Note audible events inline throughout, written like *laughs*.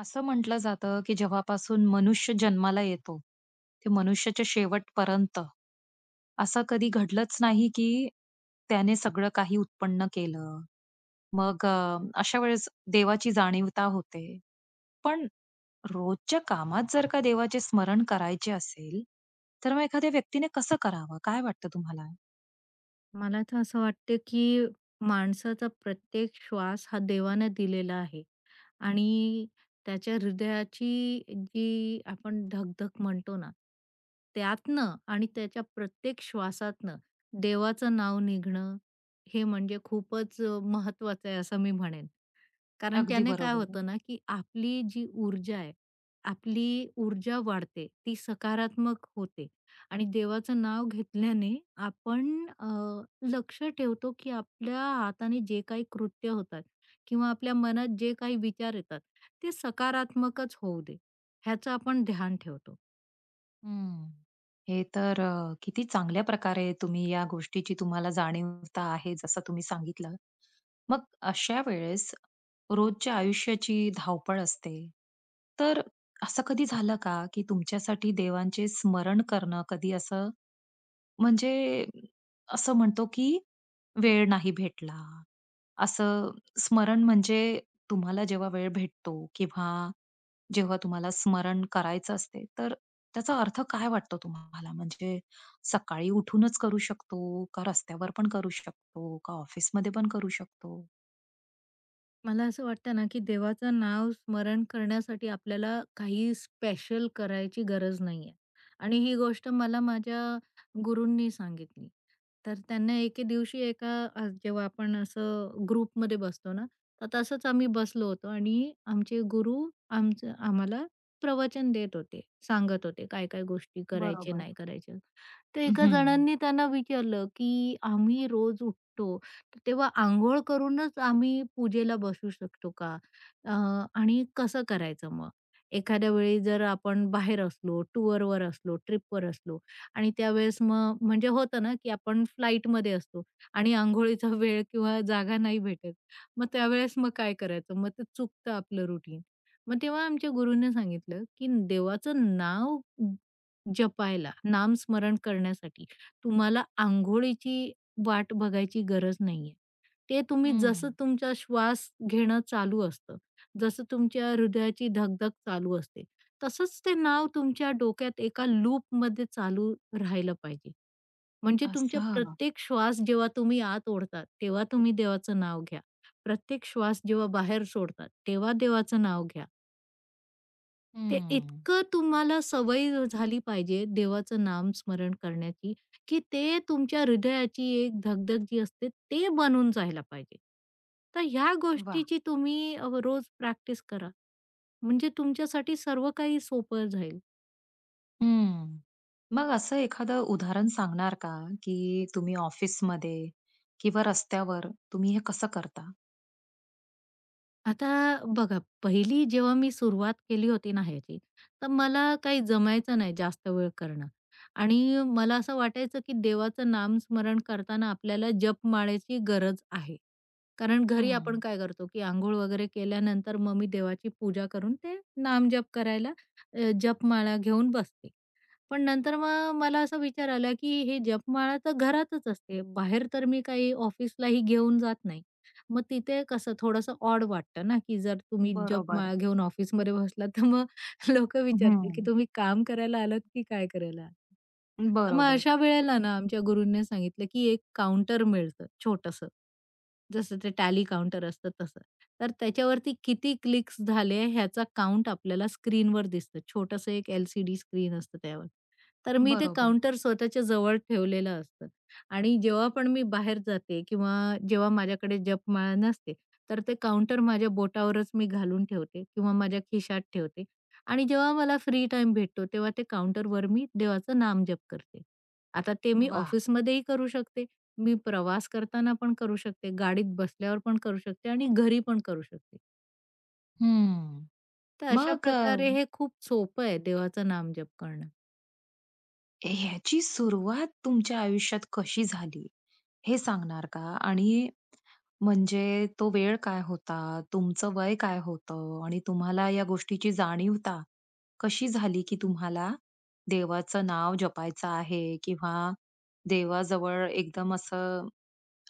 असं म्हटलं जातं, की जेव्हापासून मनुष्य जन्माला येतो, ते मनुष्याच्या शेवटपर्यंत, असं कधी घडलंच नाही, की त्याने सगळं काही उत्पन्न केलं. मग अशा वेळेस देवाची जाणीवता होते. पण रोजच्या कामात जर का देवाचे स्मरण करायचे असेल, तर मग एखाद्या व्यक्तीने कसं करावं? काय वाटतं तुम्हाला? मला तर असं वाटतं, की माणसाचा प्रत्येक श्वास हा देवाने दिलेला आहे आणि त्याच्या हृदयाची जी आपण धक-धक म्हणतो ना, त्यातनं आणि त्याच्या प्रत्येक श्वासातनं देवाचं नाव निघणं, हे म्हणजे खूपच महत्वाचं आहे असं मी म्हणेन. कारण अगदी त्याने काय बरोबर. होतं ना, की आपली जी ऊर्जा आहे, आपली ऊर्जा वाढते, ती सकारात्मक होते आणि देवाचं नाव घेतल्याने आपण अ, लक्ष ठेवतो, की आपल्या हाताने जे काही कृत्य होतात किंवा आपल्या मनात जे काही विचार येतात, ते सकारात्मकच होऊ दे, ह्याचं आपण ध्यान ठेवतो. हं. हे तर किती चांगल्या प्रकारे तुम्ही या गोष्टीची तुम्हाला जाणीवता आहे, जसं तुम्ही सांगितलं. मग अशा वेळेस रोजच्या आयुष्याची धावपळ असते. तर असं कधी झालं का, की तुमच्यासाठी देवांचे स्मरण करणं कधी असं म्हणजे असं म्हणतो, की वेळ नाही भेटला, असं स्मरण म्हणजे तुम्हाला जेव्हा वेळ भेटतो किंवा जेव्हा तुम्हाला स्मरण करायचं असते, तर त्याचा अर्थ काय वाटतो तुम्हाला? म्हणजे सकाळी उठूनच करू शकतो, का रस्त्यावर पण करू शकतो, का ऑफिसमध्ये पण करू शकतो? मला असं वाटतं ना, की देवाचं नाव स्मरण करण्यासाठी आपल्याला काही स्पेशल करायची गरज नाहीये आणि ही गोष्ट मला माझ्या गुरूंनी सांगितली. तर त्यांना एके दिवशी एका जेव्हा आपण असं ग्रुपमध्ये बसतो ना, तर तसंच आम्ही बसलो होतो आणि आमचे गुरु आमचं आम्हाला प्रवचन देत होते. सांगत होते काय-काय गोष्टी करायचे, बरोबर. नाही करायच्या. तर एका हं. जणांनी त्यांना विचारलं, की "आम्ही रोज उठतो तेव्हा अंघोळ करूनच आम्ही पूजेला बसू शकतो का? अ, आणि कसं करायचं मग? एखाद्या वेळी जर आपण बाहेर असलो, टूरवर असलो, ट्रिपवर असलो आणि त्यावेळेस मग म्हणजे होतं ना, की आपण फ्लाइटमध्ये असतो आणि अंघोळीचा *laughs* वेळ किंवा जागा नाही भेटत. मग त्यावेळेस मग काय करायचं? मग ते चुकतं आपलं रुटीन. मग तेव्हा आमच्या गुरुने सांगितलं, की देवाचं नाव जपायला, नामस्मरण करण्यासाठी. तुम्हाला अंघोळीची वाट बघायची गरज नाहीये. ते तुम्ही हं. जसं तुमचा श्वास घेणं चालू असतं, जसं तुमच्या हृदयाची धगधग चालू असते, तसंच ते नाव तुमच्या डोक्यात एका लूप लूपमध्ये चालू राहिलं पाहिजे. म्हणजे तुमच्या असं. प्रत्येक श्वास जेव्हा तुम्ही आत ओढता, तेव्हा तुम्ही देवाचं नाव घ्या. प्रत्येक श्वास जेव्हा बाहेर सोडतात, तेव्हा देवाचं नाव घ्या. ते हं. इतकं तुम्हाला सवय झाली पाहिजे देवाचं नाम स्मरण करण्याची, की ते तुमच्या हृदयाची एक धगधग जी असते ते बनून जायला पाहिजे. तर ह्या वाह! गोष्टीची तुम्ही रोज प्रॅक्टिस करा. म्हणजे तुमच्यासाठी सर्व काही सोपं जाईल. हं. मग असं एखादं उदाहरण सांगणार का, की तुम्ही ऑफिसमध्ये किंवा रस्त्यावर तुम्ही हे कसं करता? आता बघा, पहिली जेव्हा मी सुरुवात केली होती ना ह्याची, तर मला काही जमायचं नाही जास्त वेळ करणं आणि मला असं वाटायचं, की देवाचं नामस्मरण करताना आपल्याला जपमाळेची गरज आहे. कारण घरी आपण हं. काय करतो, की अंघोळ वगैरे केल्यानंतर मग मी देवाची पूजा करून ते नामजप करायला जपमाळा घेऊन बसते. पण नंतर मग मला असा विचार आला, की हे जपमाळा तर घरातच असते. बाहेर तर मी काही ऑफिसलाही घेऊन जात नाही. मग तिथे कसं थोडंसं ऑड वाटतं ना, की जर तुम्ही जॉब बरोबर. मा घेऊन ऑफिसमध्ये बसलात, तर मग *laughs* लोकं विचारतील, की हं. तुम्ही काम करायला आलात की काय करायला आलात? तर मग बरोबर, अशा वेळेला ना आमच्या गुरूंनी सांगितलं, की एक काउंटर मिळतं छोटंसं. जसं ते टॅली काउंटर असतं तसं. तर त्याच्यावरती किती क्लिक्स झाले ह्याचा काउंट आपल्याला स्क्रीनवर दिसतं. छोटंसं एक LCD स्क्रीन असतं त्यावर. तर मी ते बरोबर. काउंटर स्वतःच्या जवळ ठेवलेलं असतं. आणि जेव्हा पण मी बाहेर जाते किंवा जेव्हा माझ्याकडे जपमाळा नसते, तर ते काउंटर माझ्या बोटावरच मी घालून ठेवते किंवा माझ्या खिशात ठेवते आणि जेव्हा मला फ्री टाईम भेटतो, तेव्हा ते काउंटरवर मी देवाचं नामजप करते. आता ते मी वाह! ऑफिसमध्येही करू शकते, मी प्रवास करताना पण करू शकते, गाडीत बसल्यावर पण करू शकते आणि घरी पण करू शकते. हं. तर अशा मग प्रकारे हे खूप सोपं आहे देवाचं नामजप करणं. ह्याची सुरुवात तुमच्या आयुष्यात कशी झाली, हे सांगणार का? आणि म्हणजे तो वेळ काय होता? तुमचं वय काय होतं? आणि तुम्हाला या गोष्टीची जाणीवता कशी झाली, की तुम्हाला देवाचं नाव जपायचं आहे किंवा देवाजवळ एकदम असं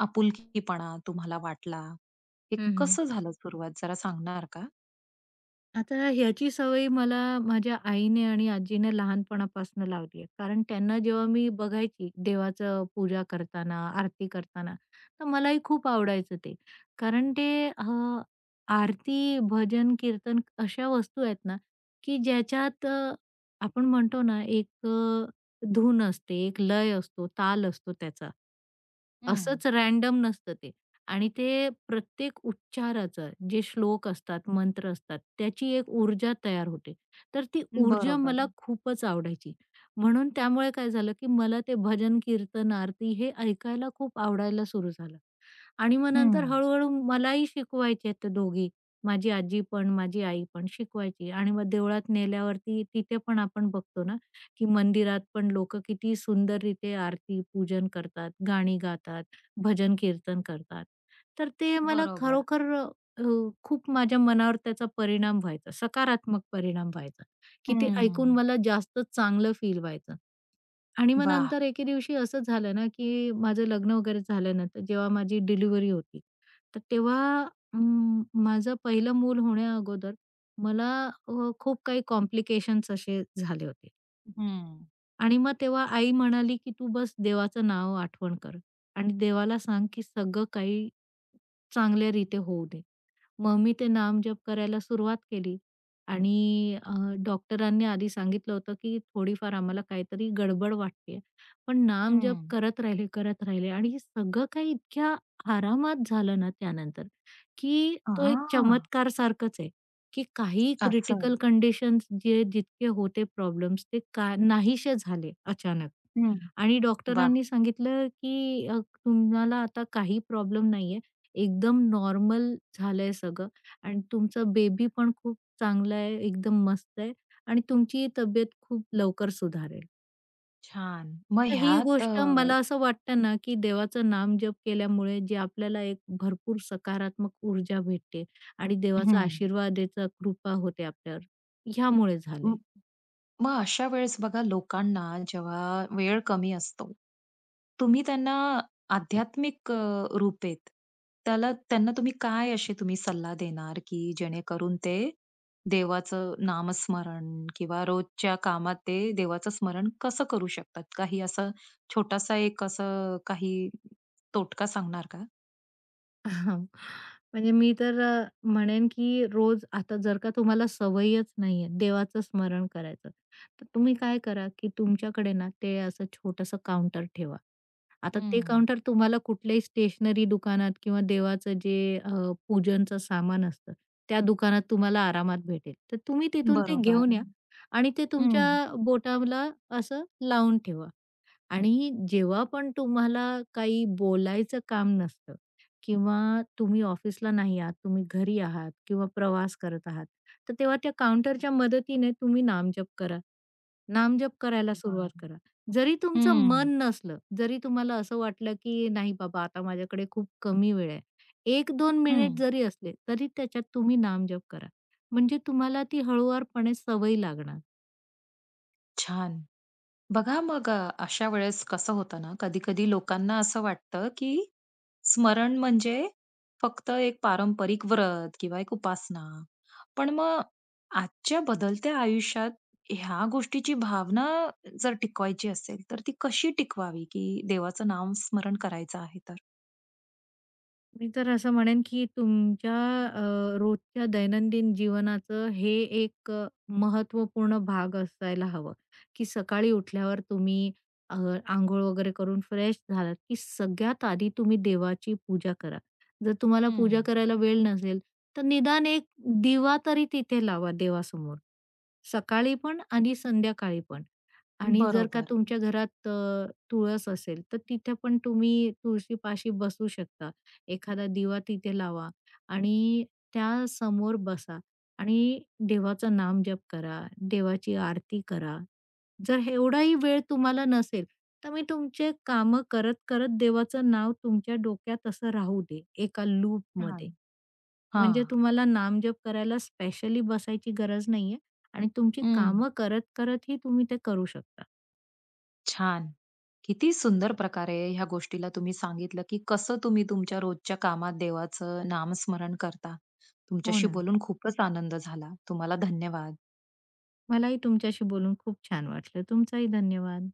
आपुलकीपणा तुम्हाला वाटला. हे कसं झालं सुरुवात जरा सांगणार का? आता ह्याची सवय मला माझ्या आईने आणि आजीने लहानपणापासून लावली आहे. कारण त्यांना जेव्हा मी बघायची देवाचं पूजा करताना, आरती करताना, तर मलाही खूप आवडायचं ते. कारण ते आरती, भजन, कीर्तन अशा वस्तू आहेत ना, की ज्याच्यात आपण म्हणतो ना एक धून असते, एक लय असतो, ताल असतो त्याचा. हं. असंच रॅन्डम नसतं ते. आणि ते प्रत्येक उच्चाराचं जे श्लोक असतात, मंत्र असतात, त्याची एक ऊर्जा तयार होते. तर ती ऊर्जा बरोबर. मला खूपच आवडायची. म्हणून त्यामुळे काय झालं, की मला ते भजन, कीर्तन, आरती हे ऐकायला खूप आवडायला सुरू झालं. आणि मग नंतर हं. हळू मलाही शिकवायचे ते दोघी. माझी आजी पण, माझी आई पण शिकवायची आणि मग देवळात नेल्यावरती तिथे पण आपण बघतो ना, की मंदिरात पण लोकं किती सुंदररीत्या आरती, पूजन करतात, गाणी गातात, भजन, कीर्तन करतात. तर ते मला बरोबर. खरोखर अ, खूप माझ्या मनावर त्याचा परिणाम व्हायचा, सकारात्मक परिणाम व्हायचा, की ते ऐकून हं. मला जास्त चांगलं फील व्हायचं. आणि मग वाह! नंतर एके दिवशी असं झालं ना, की माझं लग्न वगैरे झालं ना, तर जेव्हा माझी डिलिव्हरी होती, तर तेव्हा माझं पहिलं मूल होण्याअगोदर मला अ, खूप काही कॉम्प्लिकेशन्स असे झाले होते. हं. आणि मग तेव्हा आई म्हणाली, की "तू बस देवाचं नाव आठवण कर आणि देवाला सांग, की सगळं काही चांगल्या रीते होऊ दे. मग मी ते नामजप करायला सुरुवात केली आणि डॉक्टरांनी आधी सांगितलं होतं, की थोडीफार आम्हाला काहीतरी गडबड वाटतेय. पण नामजप हं. करत राहिले, करत राहिले आणि सगळं काही इतक्या आरामात झालं ना त्यानंतर. की तो एक हां. चमत्कार सारखंच आहे, की काही असं. क्रिटिकल कंडिशन्स जे जितके होते प्रॉब्लेम्स ते का नाहीसे झाले अचानक. हं. आणि वाह! डॉक्टरांनी सांगितलं, की तुम्हाला आता काही प्रॉब्लेम नाहीये. एकदम नॉर्मल झालंय सगळं आणि तुमचं बेबी पण खूप चांगलं आहे, एकदम मस्त आहे आणि तुमची तब्येत खूप लवकर सुधारेल. छान. मग तर ही ह्यात गोष्ट मला असं वाटतं ना, की देवाचं नामजप केल्यामुळे जे आपल्याला एक भरपूर सकारात्मक ऊर्जा भेटते आणि देवाचा हं. आशीर्वादाचा कृपा होते आपल्यावर, ह्यामुळे म झालंय. मग अशा वेळेस बघा लोकांना जेव्हा वेळ कमी असतो, तुम्ही त्यांना आध्यात्मिक रूपेत त्याला त्यांना तुम्ही काय असे तुम्ही सल्ला देणार, की जेणेकरून ते देवाचं नामस्मरण किंवा रोजच्या कामात ते देवाचं स्मरण कसं करू शकतात? काही असा छोटासा एक असं काही तोटका सांगणार का? *laughs* म्हणजे मी तर म्हणेन की रोज आता जर का तुम्हाला सवयच नाहीये देवाचं स्मरण करायचं, तर तुम्ही काय करा की तुमच्याकडे ना ते असं छोटंसं काउंटर ठेवा. आता ते हं. काउंटर तुम्हाला कुठल्याही स्टेशनरी दुकानात किंवा देवाचं जे पूजनचं सामान असतं, त्या दुकानात तुम्हाला आरामात भेटेल. तर तुम्ही तिथून ते बरोबर. घेऊन या आणि ते तुमच्या हं. बोटाला असं लावून ठेवा. आणि जेव्हा पण तुम्हाला काही बोलायचं काम नसतं किंवा तुम्ही ऑफिसला नाही आहात, तुम्ही घरी आहात किंवा प्रवास करत आहात, तर तेव्हा त्या काउंटरच्या मदतीने तुम्ही नामजप करा. नामजप करायला बरं. सुरुवात करा. जरी तुमचं मन हं. नसलं, जरी तुम्हाला असं वाटलं की नाही बाबा आता माझ्याकडे खूप कमी वेळ आहे. 1-2 हं. मिनिट जरी असले, तरी त्याच्यात तुम्ही नामजप करा. म्हणजे तुम्हाला ती हळूवारपणे सवय लागणार. छान. बघा मग अशा वेळेस कसं होतं ना, कधी-कधी लोकांना असं वाटतं, की स्मरण म्हणजे फक्त एक पारंपरिक व्रत किंवा एक उपासना. पण मग आजच्या बदलत्या आयुष्यात ह्या गोष्टीची भावना जर टिकवायची असेल, तर ती कशी टिकवावी, की देवाचं नाम स्मरण करायचं आहे तर? मी तर असं म्हणेन की तुमच्या रोजच्या दैनंदिन जीवनाचं हे एक महत्त्वपूर्ण भाग असायला हवं, की सकाळी उठल्यावर तुम्ही अ, अंघोळ वगैरे करून फ्रेश झालात, की सगळ्यात आधी तुम्ही देवाची पूजा करा. जर तुम्हाला पूजा हं. करायला वेळ नसेल, तर निदान एक दिवा तरी तिथे लावा देवासमोर. सकाळी पण आणि संध्याकाळी पण. आणि जर का बरोबर. तुमच्या घरात तुळस असेल, तर तिथे पण तुम्ही तुळशीपाशी बसू शकता. एखादा दिवा तिथे लावा आणि त्या समोर बसा आणि देवाचं नामजप करा, देवाची आरती करा. जर एवढाही वेळ तुम्हाला नसेल, तर मी तुमचे कामं करत-करत देवाचं नाव तुमच्या डोक्यात असं राहू दे एका छान. लूपमध्ये. हां. म्हणजे तुम्हाला नामजप करायला स्पेशली बसायची गरज नाहीये आणि तुमची हं. कामं करत-करतही तुम्ही ते करू शकता. छान. किती सुंदर प्रकारे ह्या गोष्टीला तुम्ही सांगितलं, की कसं तुम्ही तुमच्या रोजच्या कामात देवाचं नामस्मरण करता. हो तुमच्याशी ना. बोलून खूपच आनंद झाला. तुम्हाला धन्यवाद. मलाही तुमच्याशी बोलून खूप छान वाटलं. तुमचाही धन्यवाद.